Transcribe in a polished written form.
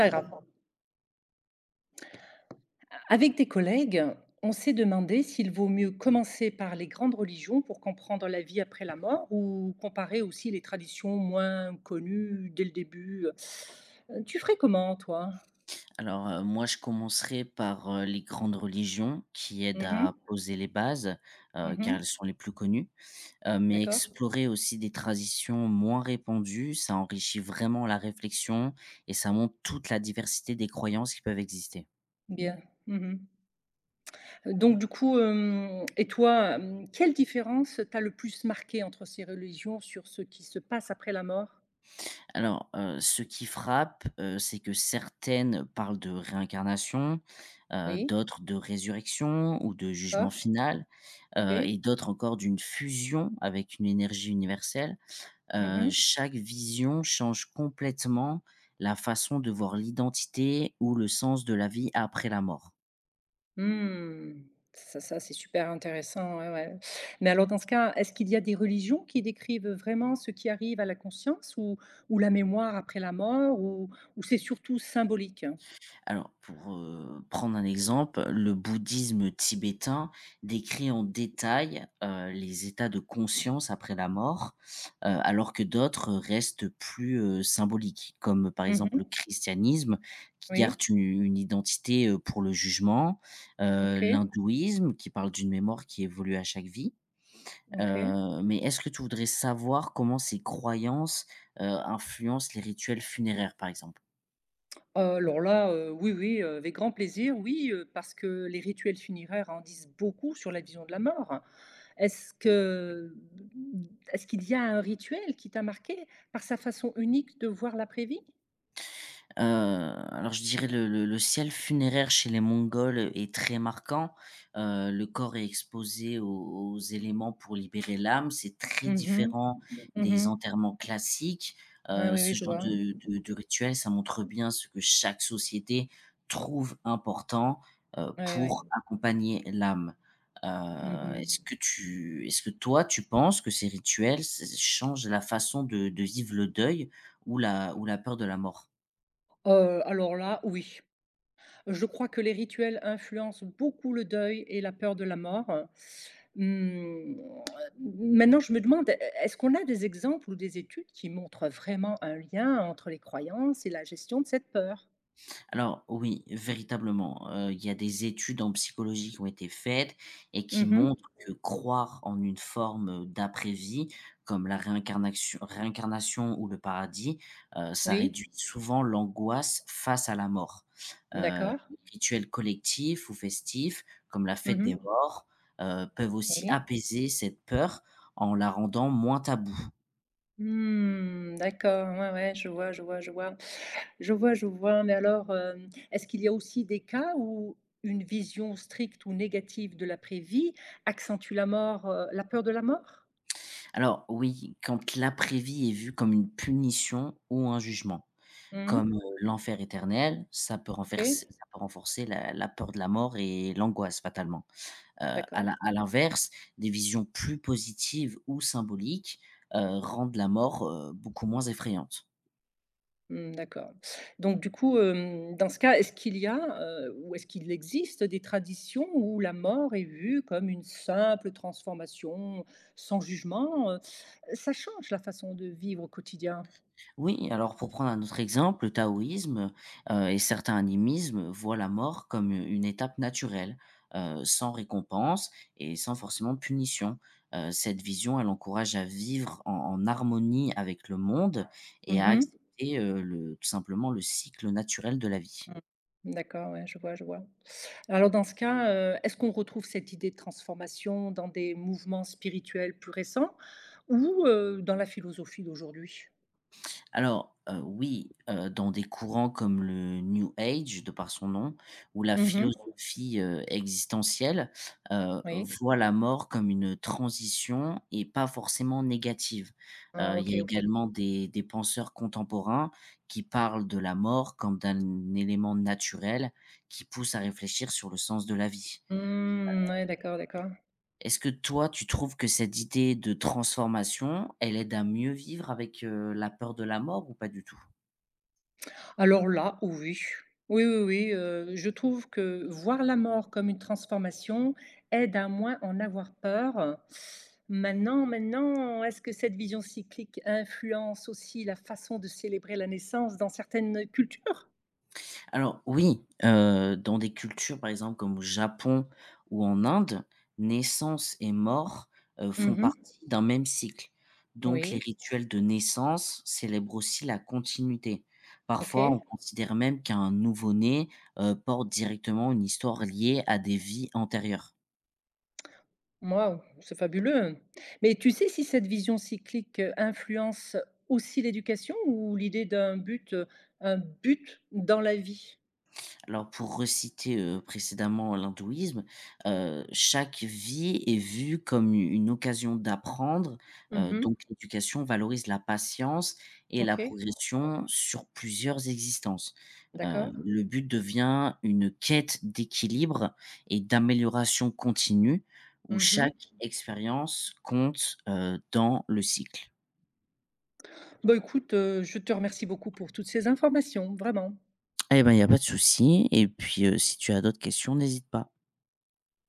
Pas grave. Avec des collègues, on s'est demandé s'il vaut mieux commencer par les grandes religions pour comprendre la vie après la mort ou comparer aussi les traditions moins connues dès le début. Tu ferais comment, toi? Moi, je commencerai par, les grandes religions qui aident Mhm, à poser les bases, mhm, car elles sont les plus connues, mais d'accord, explorer aussi des traditions moins répandues, ça enrichit vraiment la réflexion et ça montre toute la diversité des croyances qui peuvent exister. bien. Mhm. Donc, du coup, et toi, quelle différence t'as le plus marqué entre ces religions sur ce qui se passe après la mort? Ce qui frappe, c'est que certaines parlent de réincarnation, Oui, d'autres de résurrection ou de jugement d'accord, final, ok. et d'autres encore d'une fusion avec une énergie universelle. Mhm. Chaque vision change complètement la façon de voir l'identité ou le sens de la vie après la mort. Mmh. Ça, c'est super intéressant, ouais, ouais. Mais alors dans ce cas, est-ce qu'il y a des religions qui décrivent vraiment ce qui arrive à la conscience ou la mémoire après la mort ou c'est surtout symbolique? Alors pour, prendre un exemple, le bouddhisme tibétain décrit en détail, les états de conscience après la mort, alors que d'autres restent plus, symboliques, comme par exemple le Mmh. christianisme qui garde Oui. u une identité, pour le jugement, OK, l'hindouisme qui parle d'une mémoire qui évolue à chaque vie. OK. Mais est-ce que tu voudrais savoir comment ces croyances, influencent les rituels funéraires, par exemple? Alors là, oui, oui, avec grand plaisir, oui, parce que les rituels funéraires en disent beaucoup sur la vision de la mort. Est-ce que est-ce qu'il y a un rituel qui t'a marqué par sa façon unique de voir l'après-vie? Alors je dirais le ciel funéraire chez les Mongols, est très marquant. Le corps est exposé aux éléments pour libérer l'âme. C'est très Mmh mh. différent des Mmh. enterrements classiques. Ah oui, oui, Ce je genre vois. de rituel, ça montre bien ce que chaque société trouve important, Ouais, pour ouais. accompagner l'âme. Heu, Mmh mh. est-ce que tu est-ce que toi, tu penses que ces rituels, ç changent la façon de vivre le deuil ou la peur de la mort? Alors là, oui. Je crois que les rituels influencent beaucoup le deuil et la peur de la mort. Mmh, maintenant je me demande, e est-ce qu'on a des exemples ou des études qui montrent vraiment un lien entre les croyances et la gestion de cette peur? Alors oui, véritablement, il y a des études en psychologie qui ont été faites et qui Mmh. montrent que croire en une forme, d'après-vie, comme la réincarnaction réincarnation ou le paradis, ça Oui, réduit souvent l'angoisse face à la mort. D'accord. Les rituels collectifs ou festifs, comme la fête des Mmh. morts, peuvent aussi Oui. apaiser cette peur en la rendant moins taboue. Mmh, d'accord, ouais, ouais, je vois, je vois, je vois. Je vois, je vois, mais alors, est-ce qu'il y a aussi des cas où une vision stricte ou négative de l'après-vie accentue la mort, la peur de la mort? Alors oui, quand l'après-vie est vue comme une punition ou un jugement. Mmh. Comme, l'enfer éternel, OK, ça peut renforcer la peur de la mort et l'angoisse fatalement. Heu, d'accord. À l'inverse, des visions plus positives ou symboliques, rendent la mort, beaucoup moins effrayante. Mmh, d'accord. Donc du coup, dans ce cas, est-ce qu'il y a, ou est-ce qu'il existe des traditions où la mort est vue comme une simple transformation sans jugement, Ça change la façon de vivre au quotidien. Oui, alors pour prendre un autre exemple, le taoïsme et certains animismes voient la mort comme une étape naturelle, sans récompense et sans forcément punition. Cette vision, elle encourage à vivre en harmonie avec le monde et à Mmh. accepter le, tout simplement le cycle naturel de la vie. Mmh. D'accord, ouais, je vois, je vois. Alors dans ce cas, est-ce qu'on retrouve cette idée de transformation dans des mouvements spirituels plus récents ou, dans la philosophie d'aujourd'hui? Dans des courants comme le New Age, de par son nom, où la Mmh. philosophie, existentielle, Oui. voit la mort comme une transition et pas forcément négative. Ah Il OK, y a OK. également des penseurs contemporains qui parlent de la mort comme d'un élément naturel qui pousse à réfléchir sur le sens de la vie. Mmh, ouais, d'accord, d'accord. Est-ce que toi, tu trouves que cette idée de transformation, elle aide à mieux vivre avec, la peur de la mort ou pas du tout? Alors là, oui. Oui, oui, oui, je trouve que voir la mort comme une transformation aide à moins en avoir peur. Maintenant, est-ce que cette vision cyclique influence aussi la façon de célébrer la naissance dans certaines cultures? Dans des cultures, par exemple, comme au Japon ou en Inde, naissance et mort, font Mmh. partie d'un même cycle. Donc les Oui, rituels de naissance célèbrent aussi la continuité. Parfois, on OK. considère même qu'un nouveau-né, porte directement une histoire liée à des vies antérieures. Waouh, c'est fabuleux. Mais tu sais si cette vision cyclique, influence aussi l'éducation ou l'idée d'un but, un but dans la vie? Pour reciter précédemment, l'hindouisme, chaque vie est vue comme une occasion d'apprendre, Mmh. donc l'éducation valorise la patience et la OK, progression sur plusieurs existences. D'accord. Le but devient une quête d'équilibre et d'amélioration continue où chaque Mmh. expérience compte, dans le cycle. Bah, écoute, je te remercie beaucoup pour toutes ces informations, vraiment. Eh ben, il y a pas de souci et puis, si tu as d'autres questions, n'hésite pas.